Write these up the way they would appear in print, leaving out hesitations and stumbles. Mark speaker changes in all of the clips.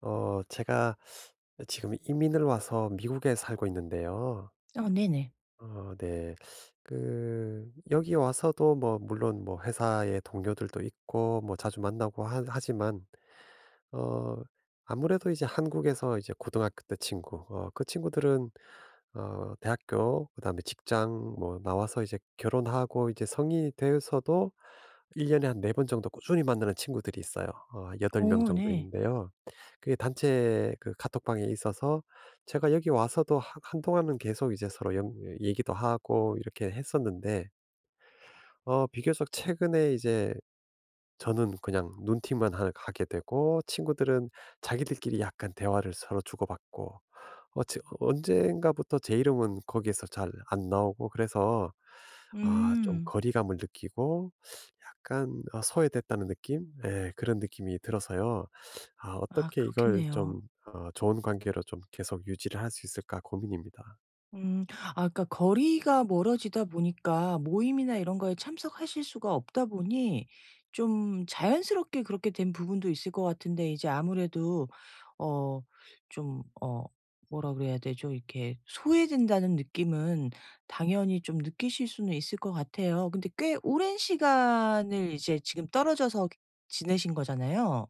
Speaker 1: 제가 지금 이민을 와서 미국에 살고 있는데요.
Speaker 2: 아 네네.
Speaker 1: 아 네. 그 여기 와서도 뭐 물론 뭐 회사의 동료들도 있고 뭐 자주 만나고 하 하지만 어 아무래도 이제 한국에서 이제 고등학교 때 친구, 그 친구들은 대학교, 그다음에 직장 뭐 나와서 이제 결혼하고 이제 성인이 어서도 1년 년에 한 4번 번 정도 꾸준히 만나는 친구들이 있어요. 8명 명
Speaker 2: 어
Speaker 1: 정도
Speaker 2: 네.
Speaker 1: 있는데요. 그게 단체 그 카톡방에 있어서 제가 여기 와서도 하 한동안은 계속 이제 서로 영 얘기도 하고 이렇게 했었는데, 비교적 최근에 이제 저는 그냥 눈팅만 하 하게 되고, 친구들은 자기들끼리 약간 대화를 서로 주고받고, 어 지 언젠가부터 제 이름은 거기에서 잘 안 나오고, 그래서 아 좀
Speaker 2: 음.
Speaker 1: 거리감을 느끼고, 약간 아 소외됐다는 느낌? 예, 그런 느낌이 들어서요. '아,
Speaker 2: 아
Speaker 1: 어떻게 이걸 좀
Speaker 2: 그렇겠네요.
Speaker 1: 좋은 관계로 좀 계속 유지를 할 수 있을까?' 고민입니다.
Speaker 2: 음. 아 그러니까 거리가 멀어지다 보니까 모임이나 이런 거에 참석하실 수가 없다 보니 좀 자연스럽게 그렇게 된 부분도 있을 것 같은데 이제 아무래도 어 좀 어 뭐라 그래야 되죠? 이렇게 소외된다는 느낌은 당연히 좀 느끼실 수는 있을 것 같아요. 근데 꽤 오랜 시간을 이제 지금 떨어져서 지내신 거잖아요.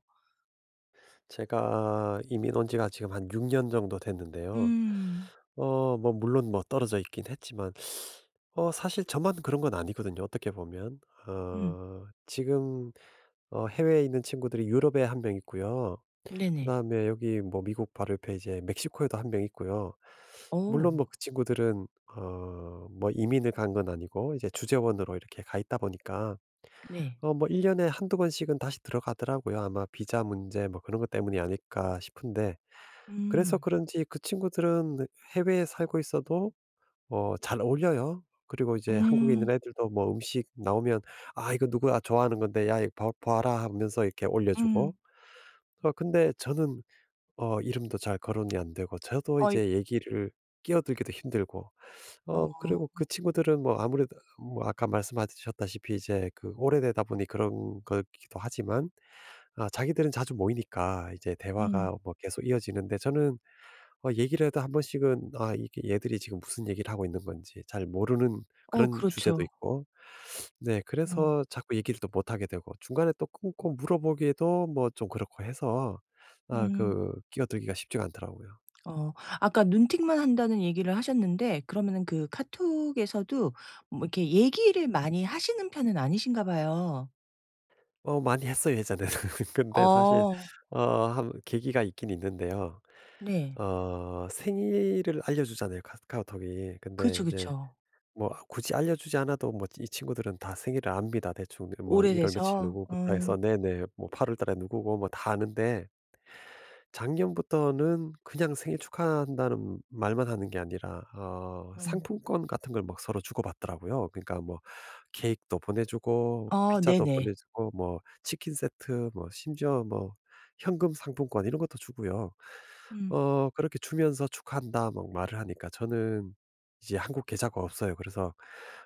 Speaker 1: 제가 이민 온 지가 지금 한 6년 정도 됐는데요.
Speaker 2: 음.
Speaker 1: 뭐, 물론 뭐 떨어져 있긴 했지만, 사실 저만 그런 건 아니거든요, 어떻게 보면.
Speaker 2: 음.
Speaker 1: 어, 지금, 해외에 있는 친구들이 유럽에 한 명 있고요. 그
Speaker 2: 네네.
Speaker 1: 다음에 여기 뭐 미국 바로 옆에 이제 멕시코에도 한 명 있고요. 물론
Speaker 2: 어
Speaker 1: 뭐 그 친구들은 뭐 이민을 간 건 아니고, 이제 주재원으로 이렇게 가 있다 보니까
Speaker 2: 네.
Speaker 1: 뭐 1년 년에 한두 번씩은 다시 들어가더라고요. 아마 비자 문제 뭐 그런 것 때문이 아닐까 싶은데, 그래서
Speaker 2: 음.
Speaker 1: 그런지 그 친구들은 해외에 살고 있어도 잘 어울려요. 그리고 이제 한국에 있는
Speaker 2: 음.
Speaker 1: 애들도 뭐 음식 나오면 "아, 이거 누구야 좋아하는 건데, 야 이거 봐 봐라." 하면서 이렇게 올려주고.
Speaker 2: 음.
Speaker 1: 근데 저는 이름도 잘 거론이 안 되고, 저도
Speaker 2: 어이
Speaker 1: 이제 얘기를 끼어들기도 힘들고,
Speaker 2: 어.
Speaker 1: 그리고 그 친구들은 뭐 아무래도 뭐 아까 말씀하셨다시피 이제 그 오래되다 보니 그런 거기도 하지만, 아 자기들은 자주 모이니까 이제
Speaker 2: 음.
Speaker 1: 대화가 뭐 계속 이어지는데, 저는 얘기를 해도 한 번씩은 아 이게 얘들이 지금 무슨 얘기를 하고 있는 건지 잘 모르는
Speaker 2: 어
Speaker 1: 그런 주제도
Speaker 2: 그렇죠.
Speaker 1: 있고, 네,
Speaker 2: 음.
Speaker 1: 그래서 자꾸 얘기를 또 못 하게 되고, 중간에 또 끊고 물어보기에도 뭐 좀 그렇고 해서 아
Speaker 2: 음.
Speaker 1: 그 끼어들기가 쉽지가 않더라고요.
Speaker 2: 어. 아까 눈팅만 한다는 얘기를 하셨는데 그러면은 그 카톡에서도 뭐 이렇게 얘기를 많이 하시는 편은 아니신가 봐요.
Speaker 1: 많이 했어요, 예전에는. 근데 사실
Speaker 2: 어.
Speaker 1: 한 계기가 있긴 있는데요.
Speaker 2: 네.
Speaker 1: 생일을 알려주잖아요, 카 카카오톡이. 근데
Speaker 2: 그쵸,
Speaker 1: 이제
Speaker 2: 그쵸.
Speaker 1: 뭐 굳이 알려주지 않아도 뭐 이 친구들은 다 생일을 압니다. 대충 뭐 1월 며칠
Speaker 2: 오래돼서.
Speaker 1: 누구부터 해서,
Speaker 2: 어.
Speaker 1: 네네, 뭐 8월 월 달에 누구고 뭐 다 아는데, 작년부터는 그냥 생일 축하한다는 말만 하는 게 아니라
Speaker 2: 음.
Speaker 1: 상품권 같은 걸 막 서로 주고받더라고요. 그러니까 뭐 케이크도 보내주고,
Speaker 2: 어
Speaker 1: 피자도
Speaker 2: 네네.
Speaker 1: 보내주고, 뭐 치킨 세트, 뭐 심지어 뭐 현금 상품권 이런 것도 주고요.
Speaker 2: 음.
Speaker 1: 그렇게 주면서 "축하한다." 막 말을 하니까, 저는 이제 한국 계좌가 없어요. 그래서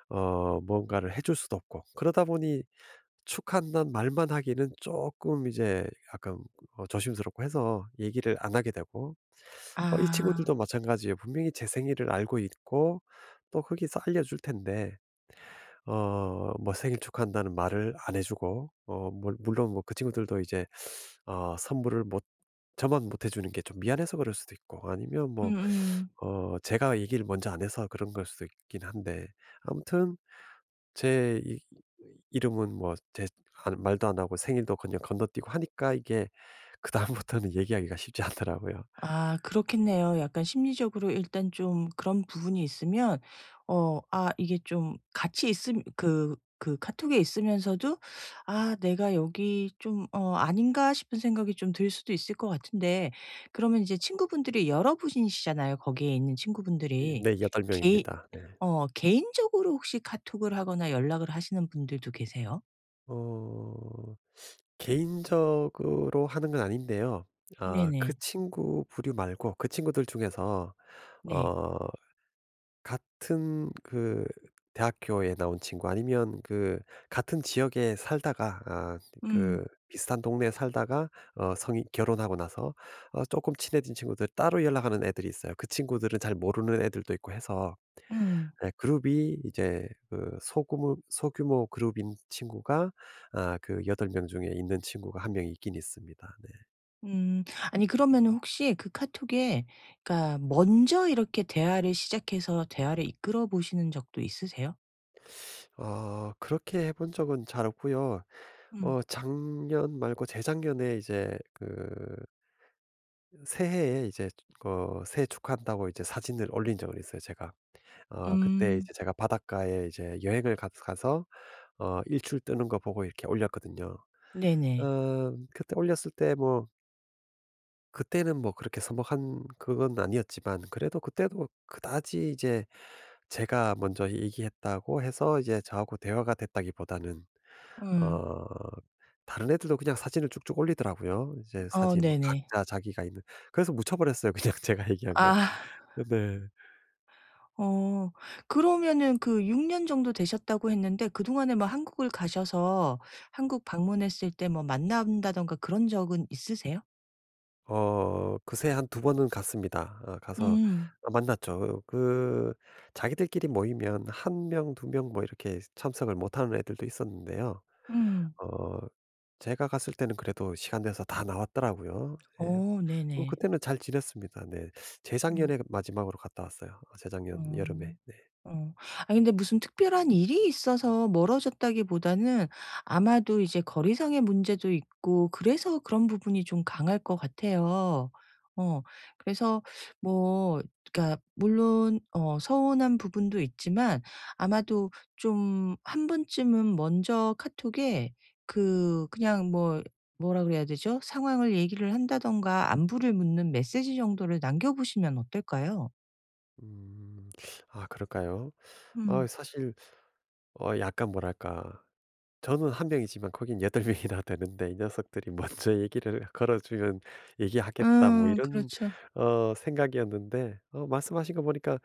Speaker 1: 뭔가를 해줄 수도 없고, 그러다 보니 축한다는 말만 하기는 조금 이제 약간 조심스럽고 해서 얘기를 안 하게 되고. 이
Speaker 2: 아.
Speaker 1: 친구들도 마찬가지예요. 분명히 제 생일을 알고 있고 또 거기서 알려줄 텐데 뭐 생일 축하한다는 말을 안 해 주고, 어 물 물론 뭐 그 친구들도 이제 선물을 못, 저만 못 해 주는 게 좀 미안해서 그럴 수도 있고, 아니면 뭐
Speaker 2: 음음.
Speaker 1: 제가 얘기를 먼저 안 해서 그런 걸 수도 있긴 한데, 아무튼 제 이 이름은 뭐 제 말도 안 하고 생일도 그냥 건너뛰고 하니까, 이게 그다음부터는 얘기하기가 쉽지 않더라고요.
Speaker 2: 아 그렇겠네요. 약간 심리적으로 일단 좀 그런 부분이 있으면 아 이게 좀 같이 있음 그 그 카톡에 있으면서도 '아 내가 여기 좀 어 아닌가?' 싶은 생각이 좀 들 수도 있을 것 같은데 그러면 이제 친구분들이 여러분이시잖아요, 거기에 있는
Speaker 1: 이
Speaker 2: 친구분들이.
Speaker 1: 네, 8명
Speaker 2: 개인
Speaker 1: 명입니다. 네.
Speaker 2: 개인적으로 혹시 카톡을 하거나 연락을 하시는 분들도 계세요?
Speaker 1: 어 개인적으로 하는 건 아닌데요. 아 그
Speaker 2: 네네.
Speaker 1: 친구 부류 말고 그 친구들 중에서
Speaker 2: 네.
Speaker 1: 어 같은 그 대학교에 나온 친구, 아니면 그 같은 지역에 살다가 아
Speaker 2: 음.
Speaker 1: 그 비슷한 동네에 살다가 성인 결혼하고 나서 어금 친해진 친구들 따로 연락하는 애들이 있어요. 그 친구들은 잘 모르는 애들도 있고 해서,
Speaker 2: 음.
Speaker 1: 네, 그룹이 이제 그 소규모 그룹인 친구가 아그덟명 중에 있는 친구가 한 명 있긴 있습니다. 네.
Speaker 2: 음. 아니 그러면은 혹시 그 카톡에 그러니까 먼저 이렇게 대화를 시작해서 대화를 이끌어 보시는 적도 있으세요?
Speaker 1: 그렇게 해본 적은 잘 없고요.
Speaker 2: 음.
Speaker 1: 작년 말고 재작년에 이제 그 새해에 이제 새해 축하한다고 이제 사진을 올린 적은 있어요, 제가. 그때
Speaker 2: 음.
Speaker 1: 이제 제가 바닷가에 이제 여행을 가서 일출 뜨는 거 보고 이렇게 올렸거든요.
Speaker 2: 네네.
Speaker 1: 그때 올렸을 때 뭐, 그때는 뭐 그렇게 서먹한 그건 아니었지만, 그래도 그때도 그다지 이제 제가 먼저 얘기했다고 해서 이제 저하고 대화가 됐다기보다는
Speaker 2: 음.
Speaker 1: 어 다른 애들도 그냥 사진을 쭉쭉 올리더라고요. 이제
Speaker 2: 어
Speaker 1: 사진 뭐
Speaker 2: 네네.
Speaker 1: 각자 자기가 있는. 그래서 묻혀 버렸어요, 그냥. 제가 얘기한 거.
Speaker 2: 아.
Speaker 1: 네.
Speaker 2: 어. 그러면은 그 6년 정도 되셨다고 했는데 그동안에 뭐 한국을 가셔서 한국 방문했을 때 뭐 만난다든가 그런 적은 있으세요?
Speaker 1: 그새 한 두 번은 갔습니다. 아, 가서
Speaker 2: 음.
Speaker 1: 아, 만났죠. 그 자기들끼리 모이면 한 명, 두 명 뭐 이렇게 참석을 못하는 애들도 있었는데요.
Speaker 2: 음.
Speaker 1: 어 제가 갔을 때는 그래도 시간 내서 다 나왔더라고요. 예.
Speaker 2: 어
Speaker 1: 뭐
Speaker 2: 네네.
Speaker 1: 그때는 잘 지냈습니다. 네.
Speaker 2: 음.
Speaker 1: 재작년에 마지막으로 갔다 왔어요. 재작년
Speaker 2: 어.
Speaker 1: 여름에. 네.
Speaker 2: 어. 아 근데 무슨 특별한 일이 있어서 멀어졌다기보다는 아마도 이제 거리상의 문제도 있고 그래서 그런 부분이 좀 강할 것 같아요. 어. 그래서 뭐 그러니까 물론 서운한 부분도 있지만 아마도 좀 한 번쯤은 먼저 카톡에 그 그냥 뭐 뭐라 그래야 되죠? 상황을 얘기를 한다든가 안부를 묻는 메시지 정도를 남겨 보시면 어떨까요?
Speaker 1: 음. 아 그럴까요?
Speaker 2: 음.
Speaker 1: 아 사실 약간 뭐랄까, 저는 한 명이지만 거긴 8 명이나 되는데 이 녀석들이 먼저 얘기를 걸어 주면 '얘기하겠다.' 뭐 이런
Speaker 2: 그렇죠.
Speaker 1: 생각이었는데, 말씀하신 거 보니까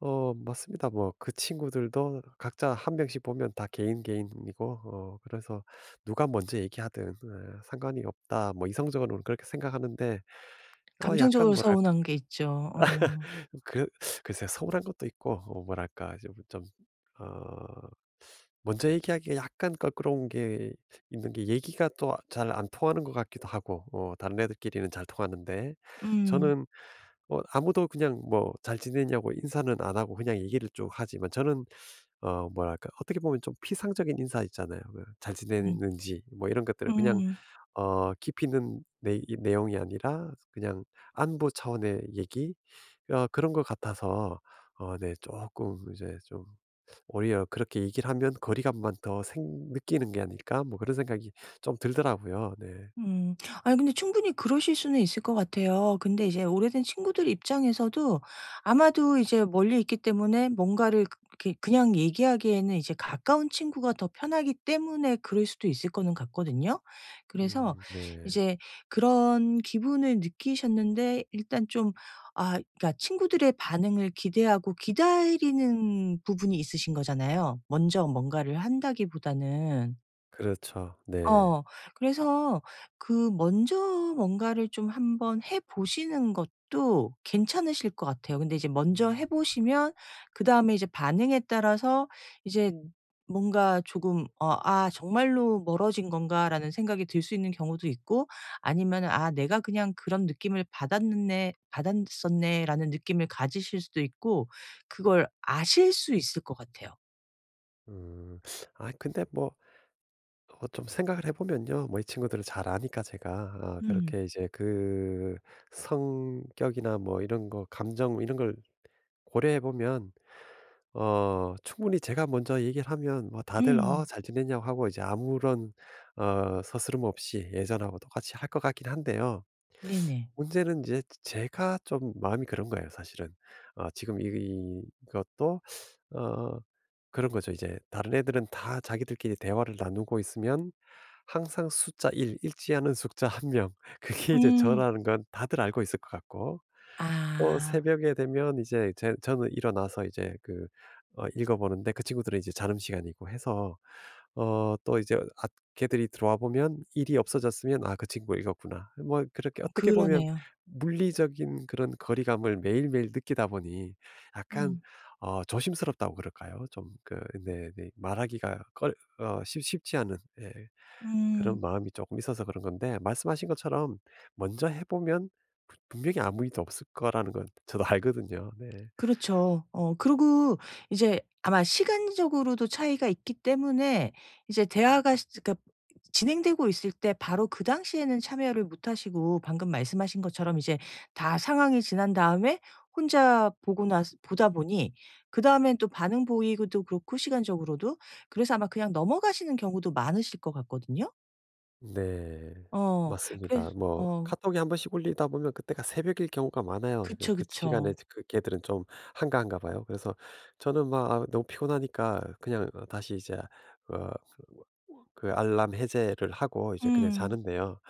Speaker 1: 맞습니다. 뭐 그 친구들도 각자 한 명씩 보면 다 개인, 개인이고, 그래서 '누가 먼저 얘기하든 에, 상관이 없다.' 뭐 이성적으로는 그렇게 생각하는데 약간
Speaker 2: 감정적으로
Speaker 1: 뭐랄까,
Speaker 2: 서운한 게 있죠. 어.
Speaker 1: 그 글쎄요. 서운한 것도 있고, 뭐랄까 좀 어 먼저 얘기하기가 약간 껄끄러운 게 있는 게, 얘기가 또 잘 안 통하는 것 같기도 하고. 다른 애들끼리는 잘 통하는데
Speaker 2: 음.
Speaker 1: 저는, 아무도 그냥 뭐 "잘 지내냐."고 인사는 안 하고 그냥 얘기를 쭉 하지만, 저는 뭐랄까 어떻게 보면 좀 피상적인 인사 있잖아요. 그잘
Speaker 2: 음.
Speaker 1: 지내는지 뭐 이런 것들을 그냥
Speaker 2: 음.
Speaker 1: 깊이 있는 내 이 내용이 아니라 그냥 안부 차원의 얘기, 그런 것 같아서 어네 조금 이제 좀 오히려 그렇게 얘기를 하면 거리감만 더 생 느끼는 게 아닐까 뭐 그런 생각이 좀 들더라고요. 네.
Speaker 2: 음. 아니 근데 충분히 그러실 수는 있을 것 같아요. 근데 이제 오래된 친구들 입장에서도 아마도 이제 멀리 있기 때문에 뭔가를 그 이렇게 그냥 얘기하기에는 이제 가까운 친구가 더 편하기 때문에 그럴 수도 있을 거는 같거든요. 그래서
Speaker 1: 네.
Speaker 2: 이제 그런 기분을 느끼셨는데 일단 좀 아 그러니까 친구들의 반응을 기대하고 기다리는 부분이 있으신 거잖아요. 먼저 뭔가를 한다기보다는.
Speaker 1: 그렇죠. 네.
Speaker 2: 어. 그래서 그 먼저 뭔가를 좀 한번 해 보시는 것도 괜찮으실 것 같아요. 근데 이제 먼저
Speaker 1: 음.
Speaker 2: 해 보시면 그다음에 이제 반응에 따라서 이제 뭔가 조금 '아 정말로 멀어진 건가.'라는 생각이 들 수 있는 경우도 있고 아니면 '아 내가 그냥 그런 느낌을 받았네 받았었네.'라는 느낌을 가지실 수도 있고 그걸 아실 수 있을 것 같아요.
Speaker 1: 음. 아 근데 뭐 좀 생각을 해 보면요. 뭐 이 친구들을 잘 아니까 제가 아
Speaker 2: 음.
Speaker 1: 그렇게 이제 그 성격이나 뭐 이런 거 감정 이런 걸 고려해 보면 충분히 제가 먼저 얘기를 하면 뭐 다들
Speaker 2: 음.
Speaker 1: "잘 지냈냐?"고 하고 이제 아무런 서스름 없이 예전하고 똑같이 할 것 같긴 한데요.
Speaker 2: 네네.
Speaker 1: 문제는 이제 제가 좀 마음이 그런 거예요, 사실은. 지금 이 이것도 어 그런 거죠. 이제 다른 애들은 다 자기들끼리 대화를 나누고 있으면 항상 숫자 1읽지 않은 숫자 1명 그게 이제
Speaker 2: 음.
Speaker 1: 저라는 건 다들 알고 있을 것 같고.
Speaker 2: 아.
Speaker 1: 새벽에 되면 이제 제 저는 일어나서 이제 그 읽어 보는데 그 친구들은 이제 자는 시간이고 해서 또 이제 아 걔들이 들어와 보면 일이 없어졌으면 '아 그 친구 읽었구나.' 뭐 그렇게, 어떻게 보면
Speaker 2: 그러네요.
Speaker 1: 물리적인 그런 거리감을 매일매일 느끼다 보니 약간
Speaker 2: 음.
Speaker 1: 조심스럽다고 그럴까요? 좀 그, 네 네, 말하기가 꺼 어 쉽 쉽지 않은. 예. 그런
Speaker 2: 음.
Speaker 1: 마음이 조금 있어서 그런 건데, 말씀하신 것처럼 먼저 해 보면 부 분명히 아무 일도 없을 거라는 건 저도 알거든요. 네.
Speaker 2: 그렇죠. 그리고 이제 아마 시간적으로도 차이가 있기 때문에 이제 대화가 시 그러니까 진행되고 있을 때 바로 그 당시에는 참여를 못 하시고 방금 말씀하신 것처럼 이제 다 상황이 지난 다음에 혼자 보고 나서 보다 보니 그다음엔 또 반응 보이고도 그렇고 시간적으로도 그래서 아마 그냥 넘어가시는 경우도 많으실 것 같거든요.
Speaker 1: 네.
Speaker 2: 어. 그래서
Speaker 1: 맞습니다. 뭐
Speaker 2: 어
Speaker 1: 카톡이 한 번씩 울리다 보면 그때가 새벽일 경우가 많아요. 그
Speaker 2: 그쵸,
Speaker 1: 그 시간에
Speaker 2: 그쵸.
Speaker 1: 그 개들은 좀 한가한가 봐요. 그래서 저는 막 아 너무 피곤하니까 그냥 다시 이제 어 그 알람 해제를 하고 이제 그냥
Speaker 2: 음.
Speaker 1: 자는데요.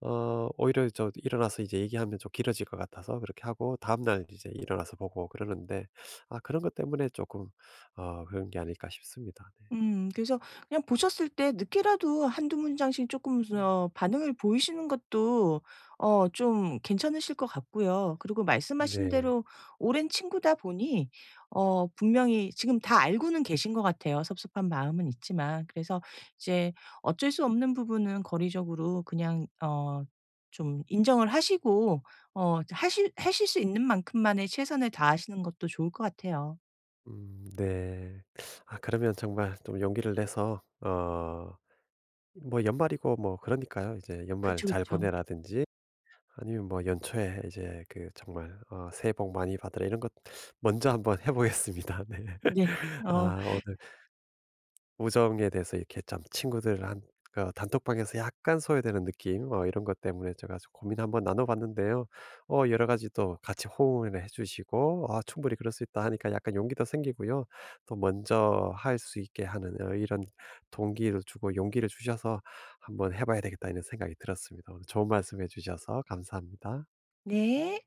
Speaker 1: 오히려 저 일어나서 이제 얘기하면 좀 길어질 것 같아서 그렇게 하고 다음날 이제 일어나서 보고 그러는데 아 그런 것 때문에 조금 그런 게 아닐까 싶습니다. 네.
Speaker 2: 그래서 그냥 보셨을 때 늦게라도 한두 문장씩 조금
Speaker 1: 음
Speaker 2: 반응을 보이시는 것도 좀 괜찮으실 것 같고요. 그리고 말씀하신
Speaker 1: 네.
Speaker 2: 대로 오랜 친구다 보니 분명히 지금 다 알고는 계신 것 같아요, 섭섭한 마음은 있지만. 그래서 이제 어쩔 수 없는 부분은 거리적으로 그냥 좀 인정을 하시고 하실 수 있는 만큼만의 최선을 다하시는 것도 좋을 것 같아요.
Speaker 1: 네. 아 그러면 정말 좀 용기를 내서 뭐 연말이고 뭐 그러니까요. 이제 '연말
Speaker 2: 그쵸,
Speaker 1: 잘
Speaker 2: 그쵸.
Speaker 1: 보내라.'든지 아니면 뭐 '연초에 이제 그 정말 새해 복 많이 받으라.' 이런 것 먼저 한번 해 보겠습니다. 네.
Speaker 2: 네. 어
Speaker 1: 아 오늘 우정에 대해서 이렇게 참, 친구들 한 단톡방에서 약간 소외되는 느낌, 이런 것 때문에 제가 좀 고민 한번 나눠 봤는데요. 여러 가지 또 같이 호응을 해 주시고 "아 충분히 그럴 수 있다." 하니까 약간 용기도 생기고요. 또 먼저 할 수 있게 하는 이런 동기를 주고 용기를 주셔서 '한번 해 봐야 되겠다.' 이런 생각이 들었습니다. 오늘 좋은 말씀해 주셔서 감사합니다.
Speaker 2: 네.